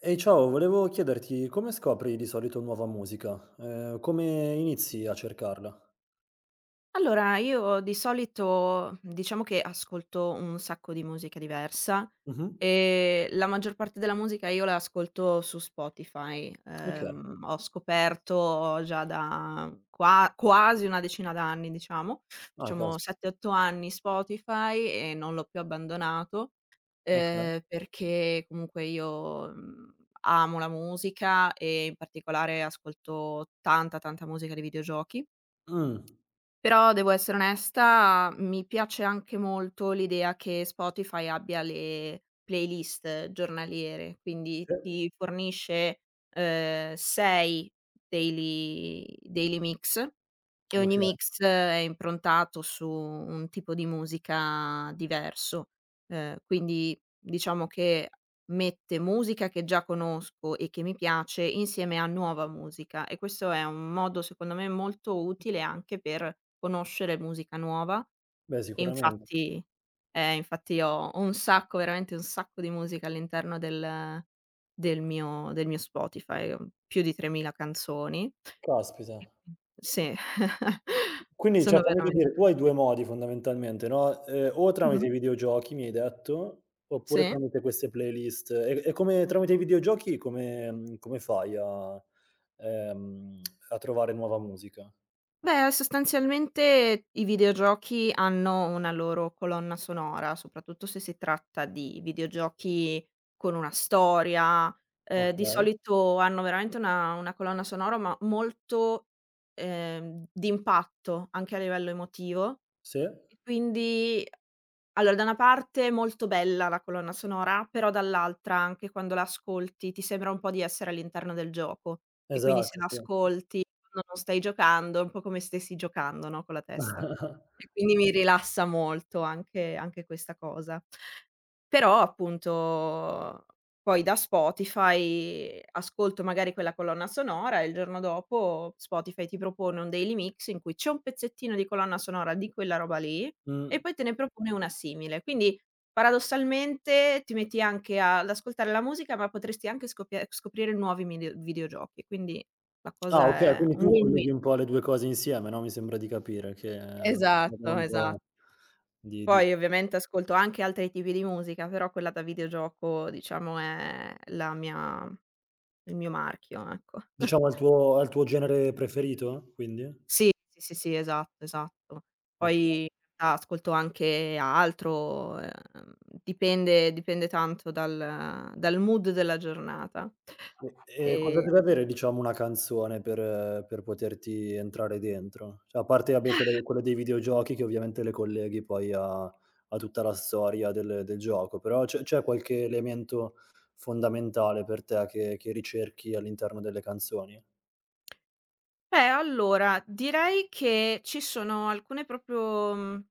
Ehi ciao, volevo chiederti come scopri di solito nuova musica? Come inizi a cercarla? Allora, io di solito diciamo che ascolto un sacco di musica diversa Mh-mh. e la maggior parte della musica io la ascolto su Spotify. Okay. Ho scoperto già da qua quasi una decina d'anni, diciamo, Ah diciamo caspita, 7, 8 anni Spotify e non l'ho più abbandonato, okay. Perché comunque io, amo la musica e in particolare ascolto tanta, tanta musica di videogiochi. Mh. Però devo essere onesta, mi piace anche molto l'idea che Spotify abbia le playlist giornaliere, quindi Sì. ti fornisce, 6 daily mix, e ogni Okay. mix è improntato su un tipo di musica diverso. Quindi diciamo che mette musica che già conosco e che mi piace insieme a nuova musica, e questo è un modo secondo me molto utile anche per conoscere musica nuova. Beh E sicuramente. infatti infatti ho un sacco, veramente un sacco di musica all'interno del mio Spotify, più di 3.000 canzoni. Caspita. Sì, Quindi cioè sono fammi veramen capire, tu hai 2 modi fondamentalmente, no, o tramite mh-mh, i videogiochi mi hai detto, oppure sì. tramite queste playlist. E come tramite i videogiochi come come fai a ehm, a trovare nuova musica? Beh, sostanzialmente i videogiochi hanno una loro colonna sonora, soprattutto se si tratta di videogiochi con una storia. Di Okay. solito hanno veramente una colonna sonora, ma molto, d'impatto anche a livello emotivo. Sì. E quindi, allora, da una parte molto bella la colonna sonora, però dall'altra anche quando la ascolti ti sembra un po' di essere all'interno del gioco, e quindi se Esatto, la sì. ascolti quando non stai giocando, è un po' come se stessi giocando, no, con la testa. E quindi mi rilassa molto anche questa cosa. Però appunto, poi da Spotify ascolto magari quella colonna sonora, e il giorno dopo Spotify ti propone un daily mix in cui c'è un pezzettino di colonna sonora di quella roba lì, Mh. e poi te ne propone una simile. Quindi paradossalmente ti metti anche ad ascoltare la musica, ma potresti anche scopia scoprire nuovi midi videogiochi, quindi la Ah cosa okay, è quindi un tu win-win. colleghi un po' le 2 cose insieme, no, mi sembra di capire che davvero Esatto, un po' esa di Poi ovviamente ascolto anche altri tipi di musica, però quella da videogioco diciamo è la mia il mio marchio, ecco. diciamo al tuo genere preferito quindi? Sì, sì, sì, sì, esatto, esatto. Okay. Poi in realtà ascolto anche altro, dipende tanto dal mood della giornata. E cosa Ehm, deve avere diciamo una canzone per poterti entrare dentro? Cioè a parte vabbè quelle quelle dei videogiochi che ovviamente le colleghi poi a a tutta la storia del del gioco, però c'è qualche elemento fondamentale per te che ricerchi all'interno delle canzoni? beh, allora direi che ci sono alcune proprio, mhmm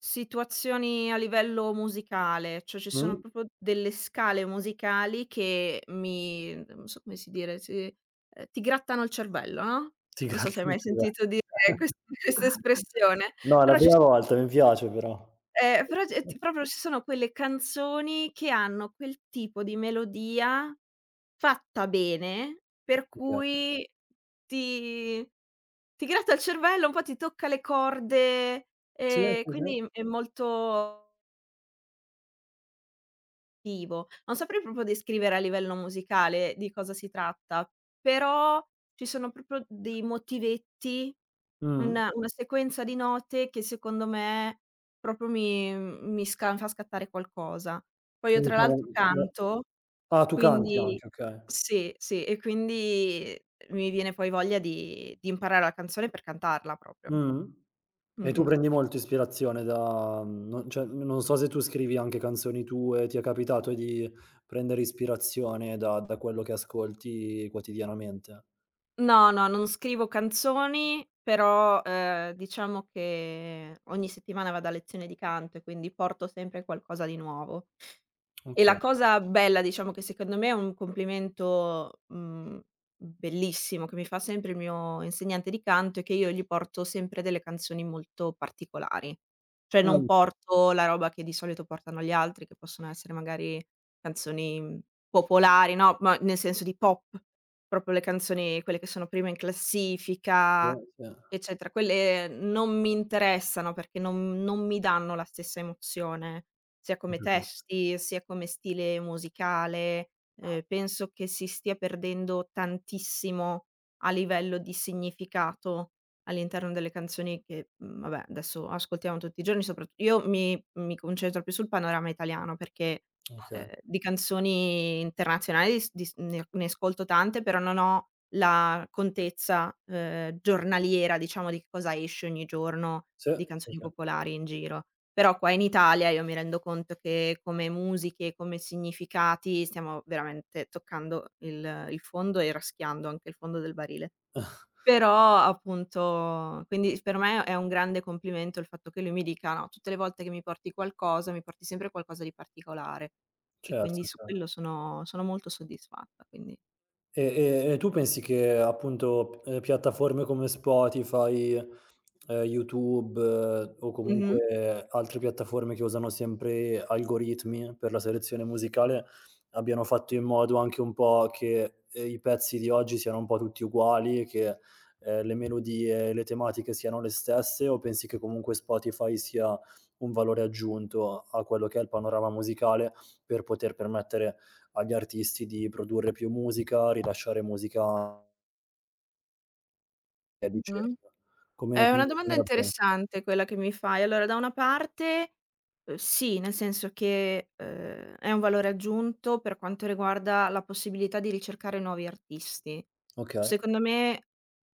situazioni a livello musicale, cioè ci sono Mh? proprio delle scale musicali che mi non so come si dire, ti grattano il cervello, no, Ti non so se hai grattano il mai cervello. sentito dire quest questa espressione, No, è la però ci prima sono. volta, mi piace però. Però c t proprio ci sono quelle canzoni che hanno quel tipo di melodia fatta bene, per Okay. cui ti ti gratta il cervello, un po' ti tocca le corde, Sì, sì, sì. quindi è molto vivo. Non saprei proprio descrivere a livello musicale di cosa si tratta, però ci sono proprio dei motivetti, Mh. una sequenza di note che secondo me proprio mi mi sca fa scattare qualcosa. Poi io Quindi tra diciamo l'altro canto, ah, tu canti quindi anche, okay. sì, sì, e quindi mi viene poi voglia di imparare la canzone per cantarla proprio. Mh. E tu Mh-mh. prendi molto ispirazione da non cioè, non so se tu scrivi anche canzoni tue, ti è capitato di prendere ispirazione da da quello che ascolti quotidianamente? No, no, non scrivo canzoni, però, diciamo che ogni settimana vado a lezione di canto e quindi porto sempre qualcosa di nuovo. E Okay. la cosa bella, diciamo, che secondo me è un complimento, bellissimo, che mi fa sempre il mio insegnante di canto, è che io gli porto sempre delle canzoni molto particolari. Cioè non Mh. porto la roba che di solito portano gli altri, che possono essere magari canzoni, popolari, no, ma nel senso di pop, proprio le canzoni quelle che sono prima in Sì, classifica, sì. eccetera. Quelle non mi interessano perché non mi danno la stessa emozione. Sia Ho come capito. testi, sia come stile musicale, penso che si stia perdendo tantissimo a livello di significato all'interno delle canzoni che, vabbè, adesso ascoltiamo tutti i giorni. Soprat io mi concentro più sul panorama italiano perché, Okay. Di canzoni internazionali s di s ne ascolto tante, però non ho la contezza, giornaliera, diciamo, di che cosa esce ogni giorno Sì, di sì, canzoni sì. popolari in giro. Però qua in Italia io mi rendo conto che come musiche, come significati, stiamo veramente toccando il fondo e raschiando anche il fondo del barile. Però appunto, quindi per me è un grande complimento il fatto che lui mi dica: "No, tutte le volte che mi porti qualcosa, mi porti sempre qualcosa di particolare". E Certo, quindi su cer quello sono molto soddisfatta, quindi. E e tu pensi che appunto p piattaforme come Spotify, YouTube o Mh-mh. comunque altre piattaforme che usano sempre algoritmi per la selezione musicale, abbiano fatto in modo anche un po' che, i pezzi di oggi siano un po' tutti uguali, che, le melodie e le tematiche siano le stesse, o pensi che comunque Spotify sia un valore aggiunto a quello che è il panorama musicale per poter permettere agli artisti di produrre più musica, rilasciare musica e a Mh. vicenda. Come È una come domanda come la pensi? interessante quella che mi fai. Allora, da una parte, sì, nel senso che, è un valore aggiunto per quanto riguarda la possibilità di ricercare nuovi artisti. Okay. Secondo me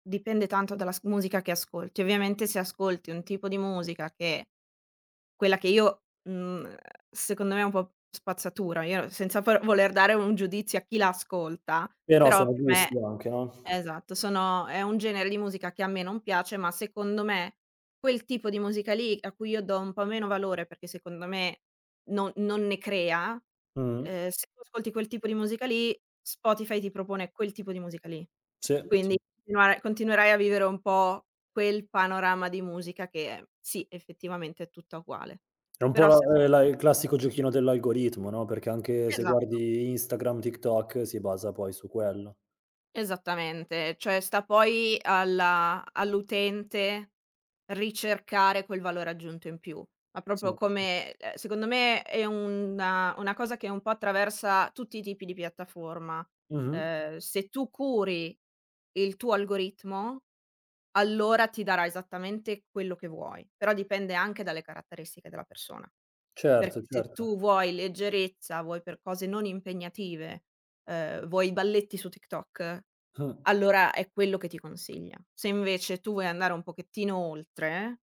dipende tanto dalla s musica che ascolti. Ovviamente se ascolti un tipo di musica che quella che io, secondo me è un po' spazzatura, io senza por voler dare un giudizio a chi la ascolta, Però però sono per me. gusti anche, no? Esatto, sono è un genere di musica che a me non piace, ma secondo me quel tipo di musica lì, a cui io do un po' meno valore perché secondo me non ne crea, Mh. Se tu ascolti quel tipo di musica lì, Spotify ti propone quel tipo di musica lì. Sì, sì. Quindi continuare continuerai a vivere un po' quel panorama di musica che sì, effettivamente è tutta uguale. È un po' Però la se ascol la il classico giochino dell'algoritmo, no, perché anche se esa guardi Instagram, TikTok si basa poi su quello. Esattamente, cioè sta poi alla all'utente ricercare quel valore aggiunto in più, ma Sì, proprio sì. come, secondo me è una cosa che un po' attraversa tutti i tipi di piattaforma. Mh-mh. Se tu curi il tuo algoritmo, allora ti darà esattamente quello che vuoi, però dipende anche dalle caratteristiche della persona. Certo, Perché se tu certo. vuoi leggerezza, vuoi per cose non impegnative, vuoi i balletti su TikTok, Mh. allora è quello che ti consiglia. Se invece tu vuoi andare un pochettino oltre,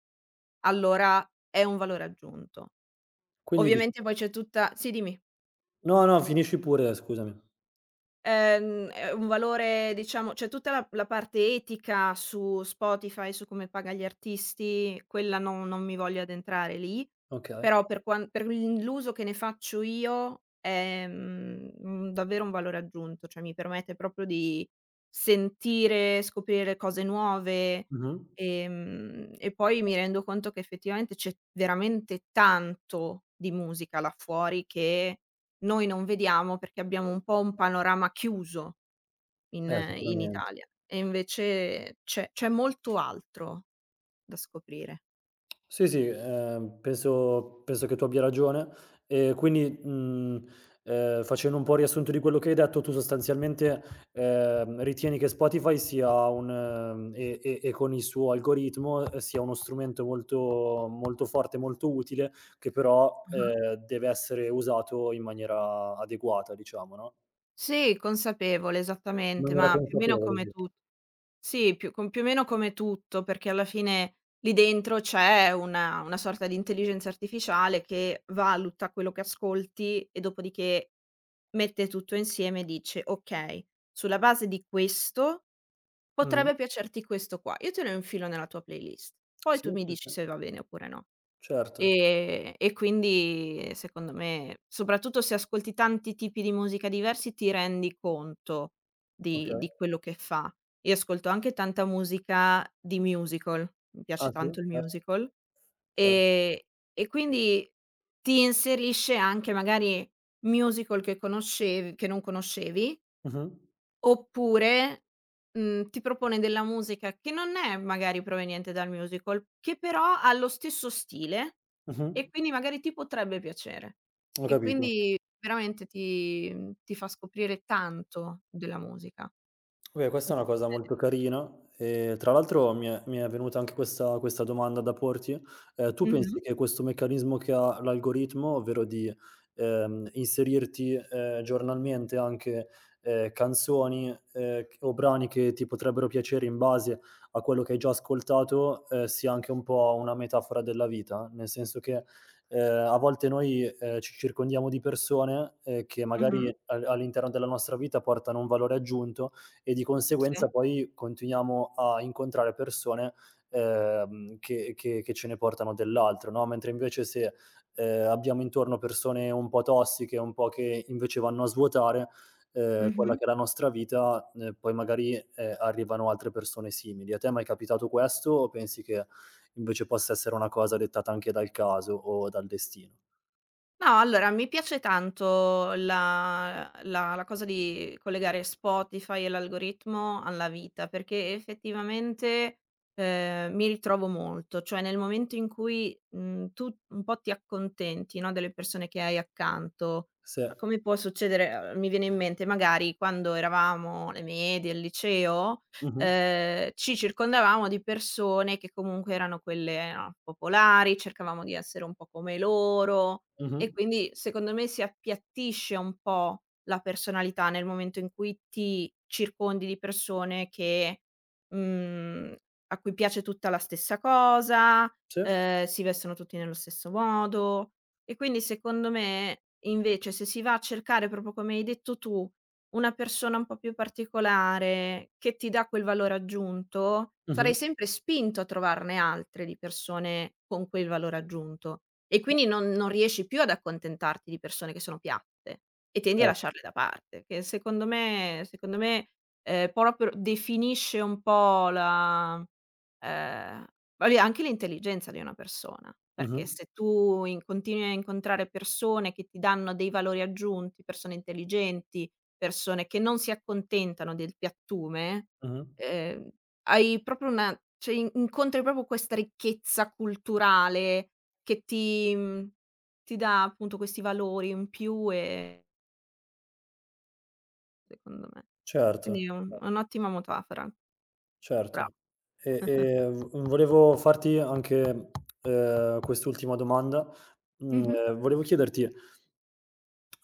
allora è un valore aggiunto. Quindi dici Ovviamente poi c'è tutta, sì, dimmi. no, no, finisci pure, scusami. È un valore, diciamo, cioè tutta la parte etica su Spotify, su come paga gli artisti, quella non mi voglio addentrare lì, Okay. però per quan per l l'uso che ne faccio io è, un davvero un valore aggiunto, cioè mi permette proprio di sentire, scoprire cose nuove, Mh-mh. E poi mi rendo conto che effettivamente c'è veramente tanto di musica là fuori che noi non vediamo perché abbiamo un po' un panorama chiuso in in Sicuramente. Italia, e invece c'è molto altro da scoprire. Sì, sì, penso penso che tu abbia ragione. E quindi, facendo un po' riassunto di quello che hai detto, tu sostanzialmente, ritieni che Spotify sia un e con il suo algoritmo, sia uno strumento molto molto forte, molto utile, che però, Ah-ah. Deve essere usato in maniera adeguata, diciamo, no, Sì, consapevole, in esattamente, maniera ma più o meno consapevole, come sì. tu sì, più con più o meno come tutto, perché alla fine lì dentro c'è una sorta di intelligenza artificiale che valuta quello che ascolti e dopodiché mette tutto insieme e dice: "Okay, sulla base di questo Mh-mh. potrebbe piacerti questo qua, io te lo infilo nella tua playlist, poi Sì, tu mi sì, sì. dici se va bene oppure no". Certo. E quindi secondo me, soprattutto se ascolti tanti tipi di musica diversi, ti rendi conto di Okay. di quello che fa. Io ascolto anche tanta musica di musical, mi piace Ah, sì? tanto il Certo, musical, certo. ehm, e quindi ti inserisce anche magari musical che conoscev che non conoscevi. Mh-mh. Oppure, ti propone della musica che non è magari proveniente dal musical, che però ha lo stesso stile, Mh-mh. e quindi magari ti potrebbe piacere. Ho E capito. quindi veramente ti fa scoprire tanto della musica. Beh, questa è una cosa molto carina e tra l'altro mi è venuta anche questa domanda da porti. Tu pensi Mh-mh, che questo meccanismo che ha l'algoritmo, ovvero di, inserirti, giornalmente anche, canzoni, c o brani che ti potrebbero piacere in base a quello che hai già ascoltato, sia anche un po' una metafora della vita? Nel senso che, a volte noi, ci circondiamo di persone, che mh-mh, magari al all'interno della nostra vita portano un valore aggiunto, e di sì, conseguenza poi continuiamo a incontrare persone, che ce ne portano dell'altro, no, mentre invece se, abbiamo intorno persone un po' tossiche, un po' che invece vanno a svuotare, quella mh-mh. che è la nostra vita, poi magari, arrivano altre persone simili. A te è mai è capitato questo o pensi che invece possa essere una cosa dettata anche dal caso o dal destino? No, allora mi piace tanto la cosa di collegare Spotify e l'algoritmo alla vita, perché effettivamente, mi ritrovo molto, cioè nel momento in cui, tu un po' ti accontenti, no, delle persone che hai accanto, Sì. come può succedere. Uhm, mi viene in mente magari quando eravamo alle medie, al liceo, Mh-mh. Ci circondavamo di persone che comunque erano quelle, no, popolari, cercavamo di essere un po' come loro. Mh-mh. E quindi secondo me si appiattisce un po' la personalità nel momento in cui ti circondi di persone che, mhmm, a cui piace tutta la stessa cosa, Sì. Si vestono tutti nello stesso modo. E quindi secondo me, invece, se si va a cercare, proprio come hai detto tu, una persona un po' più particolare, che ti dà quel valore aggiunto, Mh-mh. sarai sempre spinto a trovarne altre di persone con quel valore aggiunto. E Sì, quindi non riesci più ad accontentarti di persone che sono piatte, e tendi a cer lasciarle da parte, che secondo me, proprio definisce un po' la, ehm, vabbè, anche l'intelligenza di una persona, mh-mh. perché se tu in continui a incontrare persone che ti danno dei valori aggiunti, persone intelligenti, persone che non si accontentano del piattume, Mh-mh. ehm, hai proprio una, cioè in incontri proprio questa ricchezza culturale che ti dà appunto questi valori in più, secondo me. Quindi Certo. È un'ottima metafora, Certo. brava. V volevo farti anche, quest'ultima domanda. Mh-mh. Volevo chiederti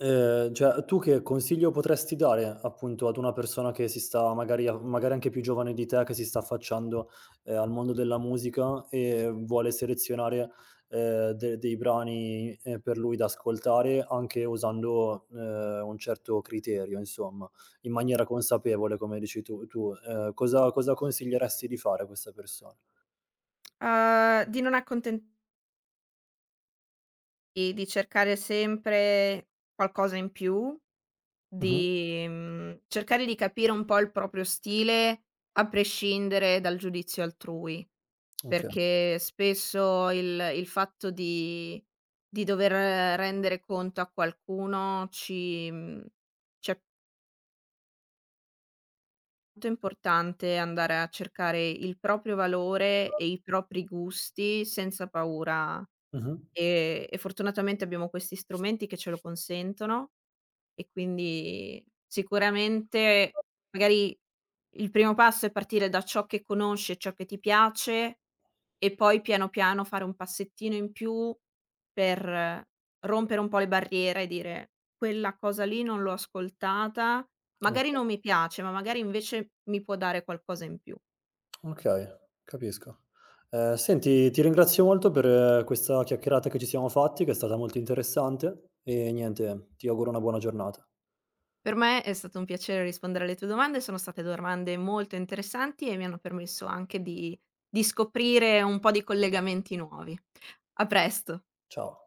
Cioè tu che consiglio potresti dare, appunto, ad una persona che si sta magari a magari anche più giovane di te, che si sta affacciando, al mondo della musica e vuole selezionare, de dei brani, per lui da ascoltare anche usando, un certo criterio insomma, in maniera consapevole come dici tu, cosa cosa consiglieresti di fare a questa persona? Di non accontentarti, di cercare sempre qualcosa in più, Mh-mh, di, cercare di capire un po' il proprio stile a prescindere dal giudizio altrui, okay. perché spesso il fatto di dover rendere conto a qualcuno ci, ci, molto importante andare a cercare il proprio valore e i propri gusti senza paura, Mh-mh, e fortunatamente abbiamo questi strumenti che ce lo consentono. E quindi sicuramente magari il primo passo è partire da ciò che conosci e ciò che ti piace, e poi piano piano fare un passettino in più per, rompere un po' le barriere e dire: "Quella cosa lì non l'ho ascoltata, magari okay. non mi piace, ma magari invece mi può dare qualcosa in più". Okay, capisco. Senti, ti ringrazio molto per questa chiacchierata che ci siamo fatti, che è stata molto interessante e niente, ti auguro una buona giornata. Per me è stato un piacere rispondere alle tue domande, sono state domande molto interessanti e mi hanno permesso anche di scoprire un po' di collegamenti nuovi. A presto. Ciao.